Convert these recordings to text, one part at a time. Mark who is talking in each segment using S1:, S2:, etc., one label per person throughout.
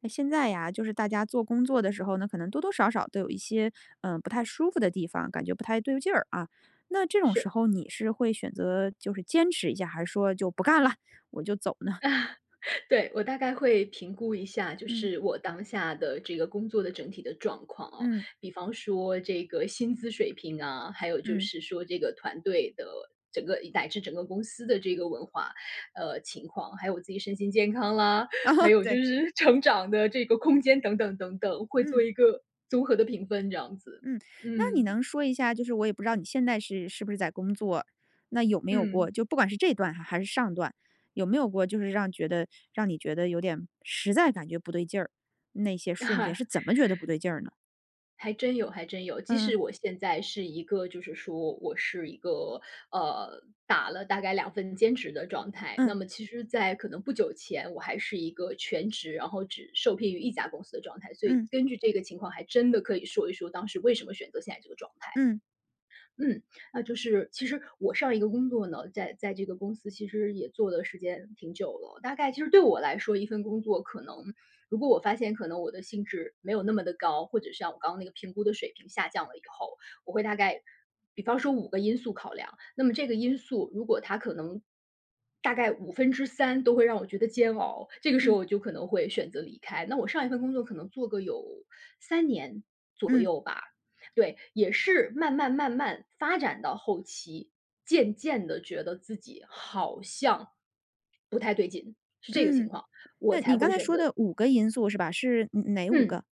S1: 那现在呀，就是大家做工作的时候呢，可能多多少少都有一些不太舒服的地方，感觉不太对劲儿啊。那这种时
S2: 是，
S1: 候，你是会选择就是坚持一下，还是说就不干了，我就走呢？
S2: 对，我大概会评估一下，就
S1: 嗯
S2: 是我当下的这个工作的整体的状况哦，
S1: 嗯
S2: 比方说这个薪资水平啊，还有就
S1: 嗯，
S2: 是说这个团队的整个乃至整个公司的这个文化，情况，还有我自己身心健康啦，
S1: 啊、
S2: 还有就
S1: 对，
S2: 是 成长的这个空间等等等等，会做
S1: 嗯
S2: 一个综合的评分这样子。
S1: 嗯。那你
S2: 嗯，
S1: 能说一下，就是我也不知道你现在是不是在工作，那有没有
S2: 嗯，
S1: 过，就不管是这段哈还是上段，有没有过就是让觉得让你觉得有点实在感觉不对劲儿，那些瞬间是 怎么觉得不对劲儿呢？
S2: 还真有，还真有。即
S1: 嗯
S2: 使我现在是一个，就是说我是一个呃打了大概2份兼职的状态。那
S1: 嗯。
S2: 么其实，在可能不久前，我还是一个全职，然后只受聘于一家公司的状态。所以
S1: 嗯
S2: 根据这个情况，还真的可以说一说当时为什么选择现在这个状态。
S1: 嗯
S2: 嗯，那就是其实我上一个工作呢，在这个公司其实也做的时间挺久了。大概其实对我来说，一份工作可能，如果我发现可能我的兴致没有那么的高，或者像我刚刚那个评估的水平下降了以后，我会大概，比方说5个因素考量。那么这个因素如果它可能大概五分之三都会让我觉得煎熬，这个时候
S1: 嗯
S2: 我就可能会选择离开。那我上一份工作可能做个有三年左
S1: 嗯
S2: 右吧，对，也是慢慢慢慢发展到后期，渐渐的觉得自己好像不太对劲，是这个情
S1: 嗯，
S2: 况，我
S1: 那
S2: 才
S1: 你刚
S2: 会
S1: 才
S2: 选
S1: 说
S2: 择。
S1: 的五个因素是吧？是嗯哪五
S2: 嗯，
S1: 个？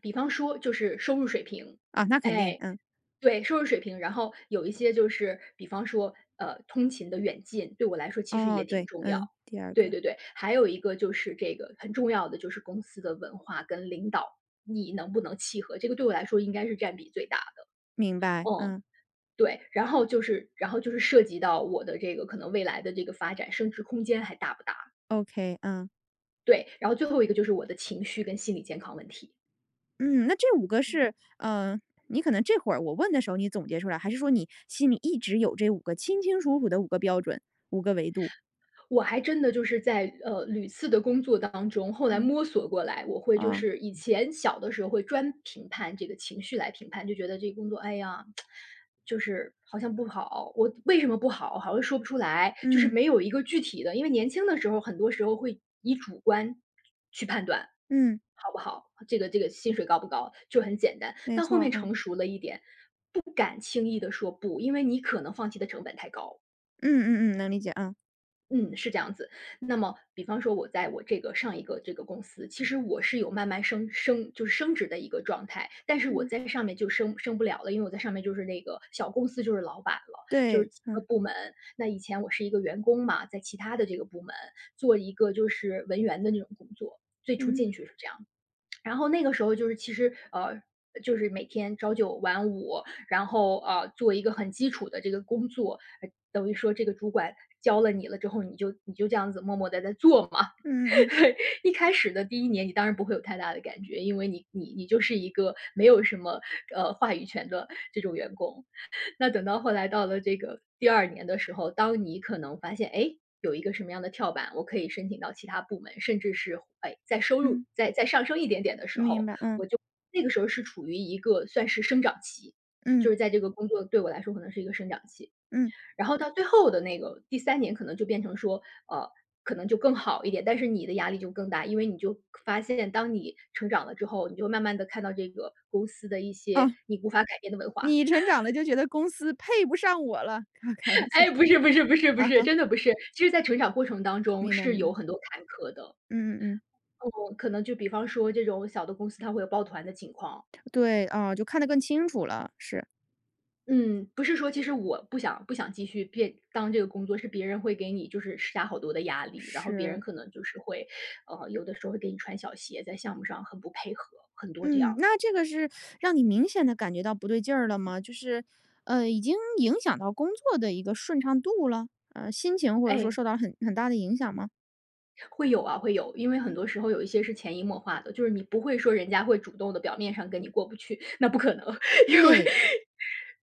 S2: 比方说就是收入水平，
S1: 啊，那肯定，
S2: 哎，
S1: 嗯，
S2: 对，收入水平，然后有一些就是比方说，通勤的远近，对我来说其实也
S1: 哦，
S2: 挺
S1: 对，
S2: 重要。
S1: 嗯，第二
S2: 对
S1: 个，
S2: 对对，还有一个就是这个很重要的就是公司的文化跟领导，你能不能契合，这个对我来说应该是占比最大，
S1: 明白，
S2: 嗯。
S1: 嗯
S2: 对，然后就是涉及到我的这个可能未来的这个发展，升值空间还大不大？
S1: ，OK，嗯，
S2: 对，然后最后一个就是我的情绪跟心理健康问题。
S1: 嗯，那这五个是，嗯你可能这会儿我问的时候你总结出来，还是说你心里一直有这五个清清楚楚的五个标准、五个维度？
S2: 我还真的就是在，屡次的工作当中，后来
S1: 嗯，
S2: 摸索过来，我会就
S1: 哦，
S2: 是以前小的时候会专评判这个情绪来评判，就觉得这个工作，哎呀，就是好像不好，我为什么不好，好像说不出来，就是
S1: 嗯
S2: 没有一个具体的，因为年轻的时候很多时候会以主观去判断，
S1: 嗯，
S2: 好不好，这个薪水高不高，就很简单，
S1: 没
S2: 但后
S1: 错，
S2: 面
S1: 嗯，啊
S2: 成熟了一点，不敢轻易的说不，因为你可能放弃的成本太高。
S1: 嗯嗯，能理解，啊
S2: 嗯，是这样子。那么比方说我在我这个上一个这个公司，其实我是有慢慢升就是升职的一个状态，但是我
S1: 嗯，
S2: 在上面就升不了了，因为我在上面就是那个小公司就是老板了，就是
S1: 对，
S2: 几个
S1: 嗯
S2: 部门。那以前我是一个员工嘛，在其他的这个部门做一个就是文员的那种工作，最初进
S1: 嗯
S2: 去是这样。然后那个时候就是其实，就是每天朝九晚五，然后，做一个很基础的这个工作，等于说这个主管教了你了之后，你就这样子默默的在做嘛。
S1: 嗯嗯嗯
S2: 一开始的第一年你当然不会有太大的感觉，因为你就是一个没有什么，话语权的这种员工。那等到后来到了这个第二年的时候，当你可能发现，哎，有一个什么样的跳板，我可以申请到其他部门，甚至是，哎，再收入
S1: 嗯，
S2: 再上升一点点的时
S1: 明
S2: 候，
S1: 白，嗯
S2: 我就那个时候是处于一个算是生长期，
S1: 嗯
S2: 就是在这个工作对我来说可能是一个生长期。
S1: 嗯，
S2: 然后到最后的那个第三年可能就变成说，呃，可能就更好一点，但是你的压力就更大，因为你就发现当你成长了之后，你就慢慢的看到这个公司的一些
S1: 哦。
S2: 你无法改变的文化。
S1: 你成长了就觉得公司配不上我了，开 开玩笑
S2: 哎，不是不是不是不
S1: 啊
S2: 是，
S1: 哈，
S2: 真的不是。其实在成长过程当中
S1: 明白
S2: 是
S1: 明白，
S2: 有很多坎坷的，
S1: 嗯嗯嗯，
S2: 嗯，可能就比方说这种小的公司它会有抱团的情况。
S1: 对啊，就看得更清楚了，是
S2: 嗯，不是说其实我不想继续变当这个工作，是别人会给你就是施加好多的压力，然后别人
S1: 是，
S2: 可能就是会，有的时候会给你穿小鞋，在项目上很不配合，很多这
S1: 嗯，
S2: 样的。
S1: 那这个是让你明显的感觉到不对劲儿了吗？就是，已经影响到工作的一个顺畅度了，心情或者说
S2: 哎，
S1: 受到很大的影响吗？
S2: 会有啊，会有，因为很
S1: 嗯。
S2: 多时候有一些是潜移默化的，就是你不会说人家会主动的表面上跟你过不去，那不可能，因为
S1: 对，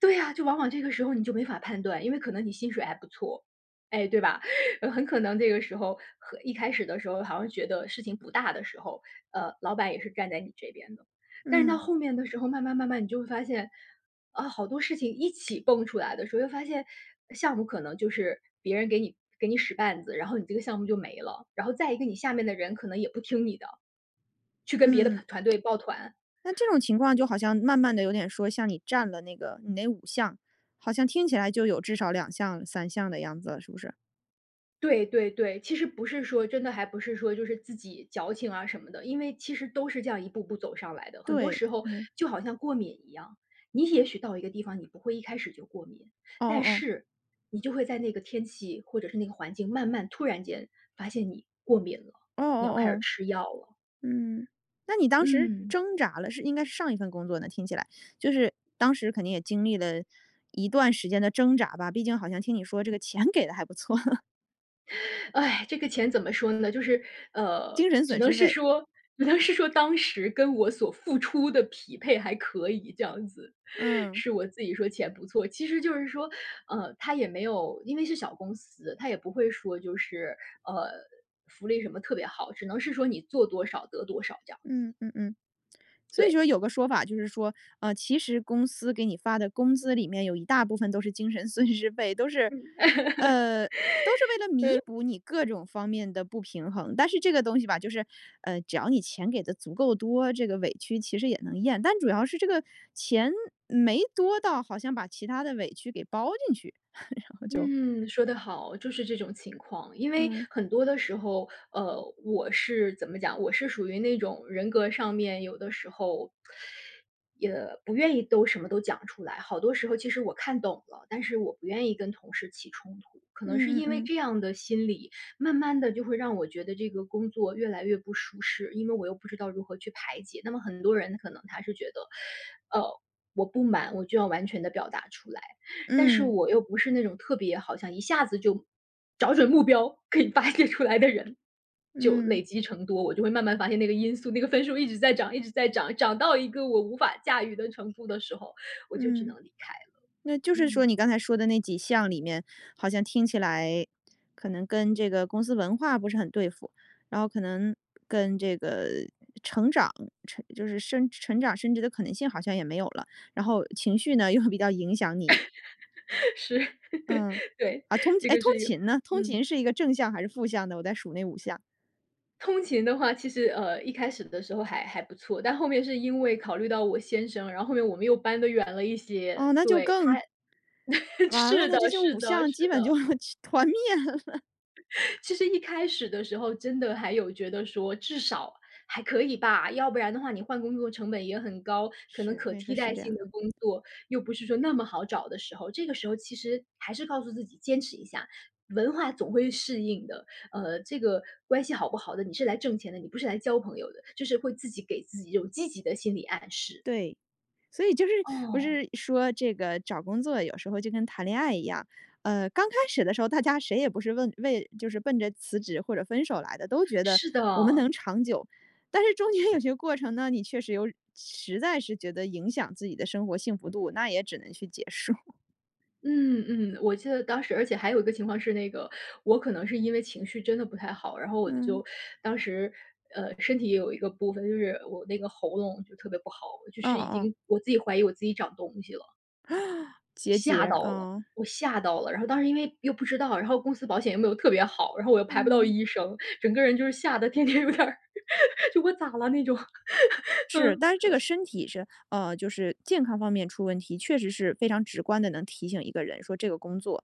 S2: 对呀，就往往这个时候你就没法判断，因为可能你薪水还不错，哎，对吧？很可能这个时候和一开始的时候好像觉得事情不大的时候，老板也是站在你这边的，但是到
S1: 嗯
S2: 后面的时候，慢慢慢慢你就会发现，啊，好多事情一起蹦出来的时候，又发现项目可能就是别人给你使绊子，然后你这个项目就没了，然后再一个你下面的人可能也不听你的，去跟别的
S1: 嗯，
S2: 团队抱团，
S1: 那这种情况就好像慢慢的有点说像你占了那个你那五项，好像听起来就有至少两项、三项的样子了，是不是？
S2: 对对对，其实不是说真的还不是说就是自己矫情啊什么的，因为其实都是这样一步步走上来的。很多
S1: 对，
S2: 时候
S1: 嗯，
S2: 就好像过敏一样，你也许到一个地方你不会一开始就过敏，
S1: 哦
S2: 但
S1: 哦
S2: 是你就会在那个天气或者是那个环境慢慢突然间发现你过敏了，
S1: 哦，哦
S2: 你要开始
S1: 哦哦，
S2: 吃药了。
S1: 嗯，那你当时
S2: 嗯。
S1: 挣扎了，是应该是上一份工作呢，听起来，就是当时肯定也经历了一段时间的挣扎吧，毕竟好像听你说这个钱给的还不错，
S2: 哎，这个钱怎么说呢？就是，呃，
S1: 精神
S2: 只
S1: 损
S2: 能
S1: 失
S2: 是
S1: 费，
S2: 说只能是说当时跟我所付出的匹配还可以这样子，
S1: 嗯，
S2: 是我自己说钱不错。其实就是说，他也没有因为是小公司，他也不会说就是，呃，福利什么特别好，只能是说你做多少得多少这样，
S1: 嗯嗯嗯。所以
S2: 对，
S1: 说有个说法就是说，其实公司给你发的工资里面有一大部分都是精神损失费，都是，
S2: 嗯。
S1: 呃，都是为了弥补你各种方面的不平衡。但是这个东西吧，就是，只要你钱给的足够多，这个委屈其实也能咽。但主要是这个钱没多到，好像把其他的委屈给包进去，然后就，
S2: 嗯，说得好，就是这种情况。因为
S1: 嗯
S2: 很多的时候，我是怎么讲，我是属于那种人格上面有的时候也不愿意都什么都讲出来。好多时候其实我看懂了，但是我不愿意跟同事起冲突。可能是
S1: 嗯嗯嗯
S2: 因为
S1: 嗯
S2: 这样的心理，慢慢的就会让我觉得这个工作越来越不舒适，因为我又不知道如何去排解。那么很多人可能他是觉得，我不满，我就要完全的表达出来。但是
S1: 嗯
S2: 我又不是那种特别好像一下子就找准目标可以发泄出来的人，就
S1: 嗯。
S2: 累积成多，我就会慢慢发现那个因素，那个分数一直在涨，一直在涨，涨到一个我无法驾驭的程度的时候，我就只
S1: 嗯
S2: 能离开了。
S1: 那就是说你
S2: 嗯，
S1: 刚才说的那几项里面，好像听起来可能跟这个公司文化不是很对付，然后可能跟这个成长成就是升成长升职的可能性好像也没有了，然后情绪呢，又比较影响你。
S2: 是，
S1: 嗯，
S2: 对，
S1: 啊，
S2: 这个
S1: 通
S2: 是一个
S1: 勤呢？通
S2: 嗯。
S1: 勤是一个正向还是负向的？我在数那五项。
S2: 通勤的话，其实一开始的时候还不错，但后面是因为考虑到我先生，然后后面我们又搬得远了一些。
S1: 哦，那就
S2: 对，
S1: 更
S2: 他
S1: 完了，
S2: 是
S1: 那
S2: 的，
S1: 这就
S2: 是
S1: 五
S2: 的，
S1: 项
S2: 是
S1: 基本
S2: 的。
S1: 就 团灭了。
S2: 其实一开始的时候，真的还有觉得说至少还可以吧，要不然的话你换工作成本也很高，可能
S1: 是，我
S2: 可
S1: 跟你说
S2: 替
S1: 是
S2: 代
S1: 这
S2: 性
S1: 样，
S2: 的工作又不是说那么好找的时候，这个时候其实还是告诉自己坚持一下，文化总会适应的。这个关系好不好的，你是来挣钱的，你不是来交朋友的，就是会自己给自己一种积极的心理暗示。
S1: 对。所以就是不
S2: 哦，
S1: 是说这个找工作有时候就跟谈恋爱一样，刚开始的时候大家谁也不是问为就是奔着辞职或者分手来的，都觉得
S2: 是
S1: 我们
S2: 的。
S1: 能长久。但是中间有些过程呢，你确实有实在是觉得影响自己的生活幸福度，那也只能去结束。
S2: 嗯嗯，我记得当时而且还有一个情况是那个，我可能是因为情绪真的不太好，然后我
S1: 嗯，
S2: 就当时，身体也有一个部分，就是我那个喉咙就特别不好，就
S1: 哦
S2: 是已
S1: 哦，
S2: 经我自己怀疑我自己长东西了，
S1: 结
S2: 吓
S1: 节啊，
S2: 到了，
S1: 哦
S2: 我吓到了。然后当时因为又不知道，然后公司保险又没有特别好，然后我又排不到
S1: 嗯。
S2: 医生，整个人就是吓得天天有点儿 就我咋了那种，
S1: 是，
S2: 嗯。
S1: 但是这个身体是就是健康方面出问题，确实是非常直观的，能提醒一个人说这个工作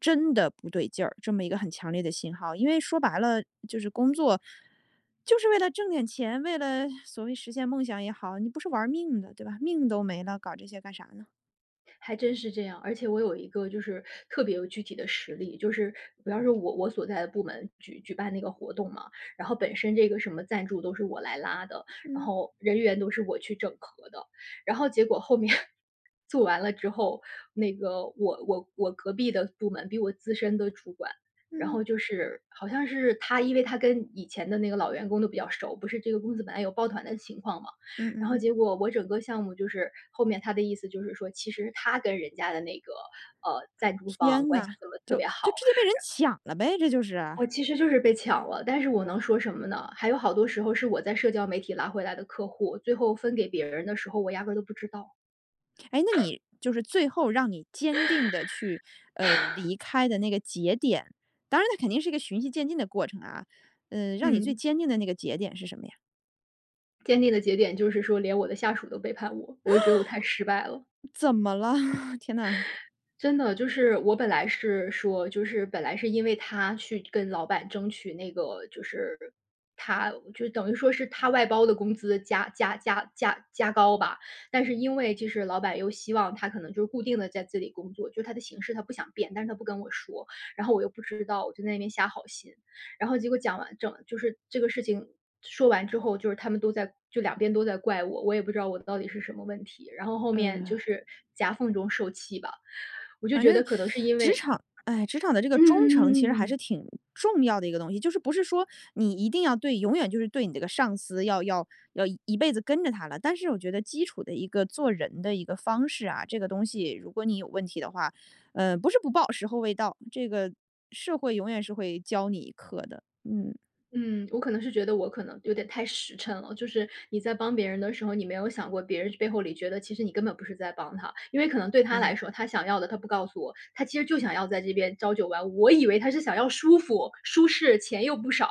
S1: 真的不对劲儿，这么一个很强烈的信号。因为说白了，就是工作就是为了挣点钱，为了所谓实现梦想也好，你不是玩命的，对吧？命都没了，搞这些干啥呢？
S2: 还真是这样，而且我有一个就是特别有具体的实例，就是比方说我所在的部门举办那个活动嘛，然后本身这个什么赞助都是我来拉的，然
S1: 嗯
S2: 后人员都是我去整合的，然后结果后面 做完了之后，那个我隔壁的部门比我资深的主管。然
S1: 嗯
S2: 后就是好像是他，因为他跟以前的那个老员工都比较熟，不是这个公司本来有抱团的情况嘛，
S1: 嗯嗯
S2: 然后
S1: 嗯，
S2: 结果我整个项目就是后面他的意思就是说，其实他跟人家的那个赞助方
S1: 天
S2: 关系
S1: 呐，
S2: 怎么特
S1: 就
S2: 别好，
S1: 就直接被人抢了呗，这就是。
S2: 我其实就是被抢了，但是我能
S1: 哇。
S2: 说什么呢？还有好多时候是我在社交媒体拉回来的客户，最后分给别人的时候，我压根儿都不知道。
S1: 哎，那你就是最后让你坚定的去，离开的那个节点，当然它肯定是一个循序渐进的过程啊，嗯，让你最
S2: 嗯，
S1: 坚定的那个节点是什么呀？
S2: 坚定的节点就是说，连我的下属都背叛我，我就觉得我太失败了。
S1: 怎么了？天呐。
S2: 真的，就是我本来是说，就是本来是因为他去跟老板争取那个，就是他就等于说是他外包的工资加高吧。但是因为就是老板又希望他可能就是固定的在这里工作，就他的形式他不想变，但是他不跟我说，然后我又不知道，我就在那边瞎好心。然后结果讲完整就是这个事情说完之后，就是他们都在就两边都在怪我，我也不知道我到底是什么问题。然后后面就
S1: 呃，
S2: 是夹缝中受气吧，我就
S1: 反
S2: 觉
S1: 正
S2: 得可能是因
S1: 职
S2: 为
S1: 场，哎，职场的这个忠诚其实还
S2: 嗯
S1: 是挺重要的一个东西，就是不是说你一定要对永远就是对你这个上司要辈子跟着他了，但是我觉得基础的一个做人的一个方式啊，这个东西如果你有问题的话，不是不报，时候未到，这个社会永远是会教你一课的。嗯，
S2: 嗯，我可能是觉得我可能有点太实诚了，就是你在帮别人的时候，你没有想过别人背后里觉得其实你根本不是在帮他，因为可能对他来
S1: 哎。
S2: 说，他想要的他不告诉我，他其实就想要在这边朝九晚五，我以为他是想要舒服、舒适，钱又不少。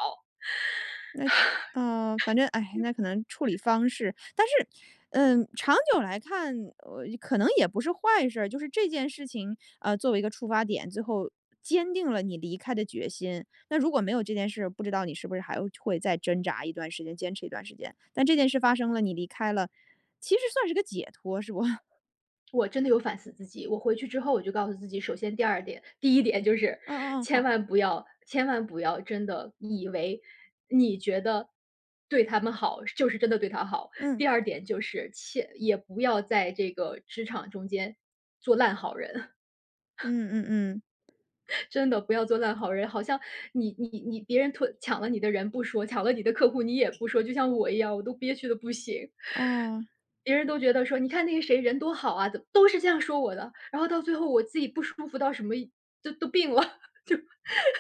S1: 那反正，哎，那可能处理方式，但是，嗯，长久来看，可能也不是坏事儿，就是这件事情，作为一个出发点，最后坚定了你离开的决心。那如果没有这件事，不知道你是不是还会再挣扎一段时间，坚持一段时间。但这件事发生了，你离开了，其实算是个解脱，是不？
S2: 我真的有反思自己，我回去之后我就告诉自己，首先第二点，第一点就是
S1: 嗯嗯嗯，
S2: 千
S1: 好，
S2: 万不要，千万不要真的以为你觉得对他们好就是真的对他好。
S1: 嗯
S2: 第二点就是切也不要在这个职场中间做烂好人。
S1: 嗯嗯嗯，
S2: 真的不要做烂好人，好像你别人偷抢了你的人不说，抢了你的客户你也不说，就像我一样，我都憋屈的不行。
S1: 哦。
S2: 别人都觉得说：“你看那个谁人多好啊！”怎么都是这样说我的，然后到最后我自己不舒服到什么都病了。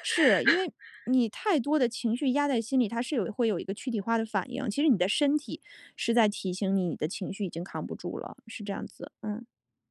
S1: 是，因为你太多的情绪压在心里，它是有会有一个躯体化的反应。其实你的身体是在提醒你，你的情绪已经扛不住了，是这样子。嗯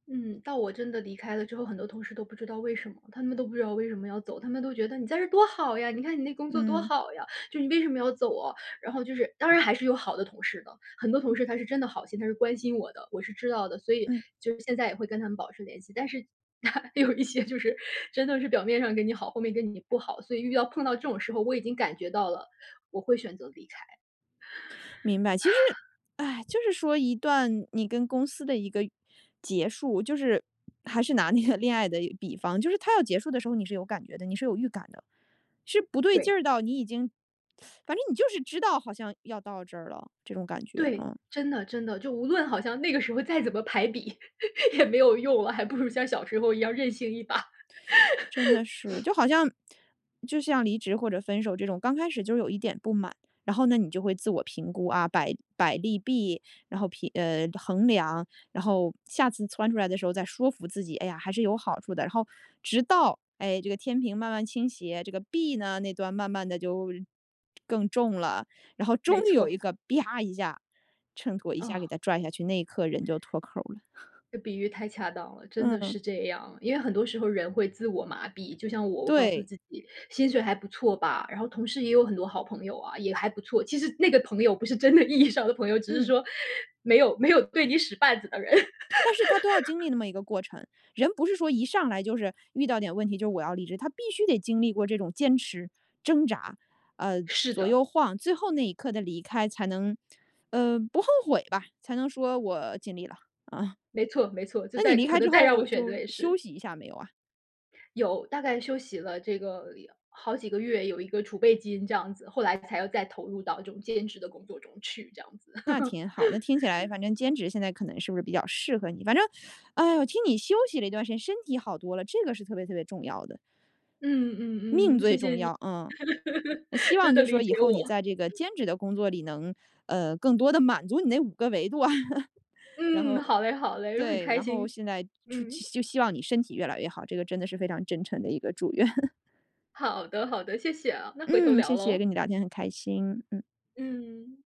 S2: 嗯，到我真的离开了之后，很多同事都不知道为什么，他们都不知道为什么要走，他们都觉得你在这儿多好呀，你看你那工作多
S1: 嗯
S2: 好呀，就你为什么要走啊？然后就是，当然还是有好的同事的，很多同
S1: 嗯
S2: 事他是真的好心，他是关心我的，我是知道的，所以
S1: 嗯，
S2: 就是现在也会跟他们保持联系。但是 有一些就是真的是表面上跟你好，后面跟你不好，所以碰到这种时候，我已经感觉到了，我会选择离开。
S1: 明白。其实，哎，就是说一段你跟公司的一个结束，就是还是拿那个恋爱的比方，就是它要结束的时候，你是有感觉的，你是有预感的，是不对劲
S2: 对。
S1: 儿到你已经，反正你就是知道好像要到这儿了。
S2: 对，真的真的，就无论好像那个时候再怎么排比 也没有用了，还不如像小时候一样任性一把。
S1: 真的是，就好像就像离职或者分手这种，刚开始就是有一点不满，然后呢，你就会自我评估啊，百利弊，然后衡量，然后下次窜出来的时候再说服自己，哎呀，还是有好处的。然后直到哎这个天平慢慢倾斜，这个弊呢那端慢慢的就更重了，然后
S2: 没
S1: 终于有一
S2: 错，
S1: 个啪一下，秤砣一下给
S2: 啊，
S1: 它拽下去，那一刻人就脱口了。
S2: 这比喻太恰当了，真的
S1: 嗯，
S2: 是这样。因为很多时候人会自我麻痹，就像我，我告诉
S1: 对，
S2: 自己薪水还不错吧，然后同事也有很多好朋友啊，也还不错。其实那个朋友不是真的意义上的朋友，只是
S1: 嗯。
S2: 说没有对你使绊子的人。
S1: 但是他都要经历那么一个过程。人不是说一上来就是遇到点问题，就是我要离职，他必须得经历过这种坚持、挣扎，呃，
S2: 是
S1: 左
S2: 的，
S1: 右晃，最后那一刻的离开才能，不后悔吧，才能说我尽力了啊。
S2: 没错没错，就
S1: 那你
S2: 在
S1: 离
S2: 可
S1: 开之
S2: 能再让
S1: 后
S2: 我选
S1: 就
S2: 择也
S1: 休
S2: 是。
S1: 息一下没有啊？
S2: 有，大概休息了这个好几个月，有一个储备金这样子，后来才要再投入到这种兼职的工作中去，这样子。
S1: 那 挺好，那听起来反正兼职现在可能是不是比较适合你？反正，哎，我听你休息了一段时间，身体好多了，这个是特别特别重要的，
S2: 嗯
S1: 命
S2: 嗯嗯，
S1: 最
S2: 谢谢
S1: 重
S2: 你，
S1: 要，嗯。那希望
S2: 真的
S1: 就是
S2: 理
S1: 说以
S2: 解
S1: 后你
S2: 我。
S1: 在这个兼职的工作里能，更多的满足你那五个维度啊，然
S2: 嗯，
S1: 后
S2: 好嘞好嘞，很
S1: 对，
S2: 开
S1: 然后
S2: 心。
S1: 现在
S2: 嗯，
S1: 就希望你身体越来越好，这个真的是非常真诚的一个祝愿。
S2: 好的好的，谢谢啊，那回头
S1: 嗯，谢
S2: 聊
S1: 谢，
S2: 喽。
S1: 跟你聊天很开心，嗯。
S2: 嗯。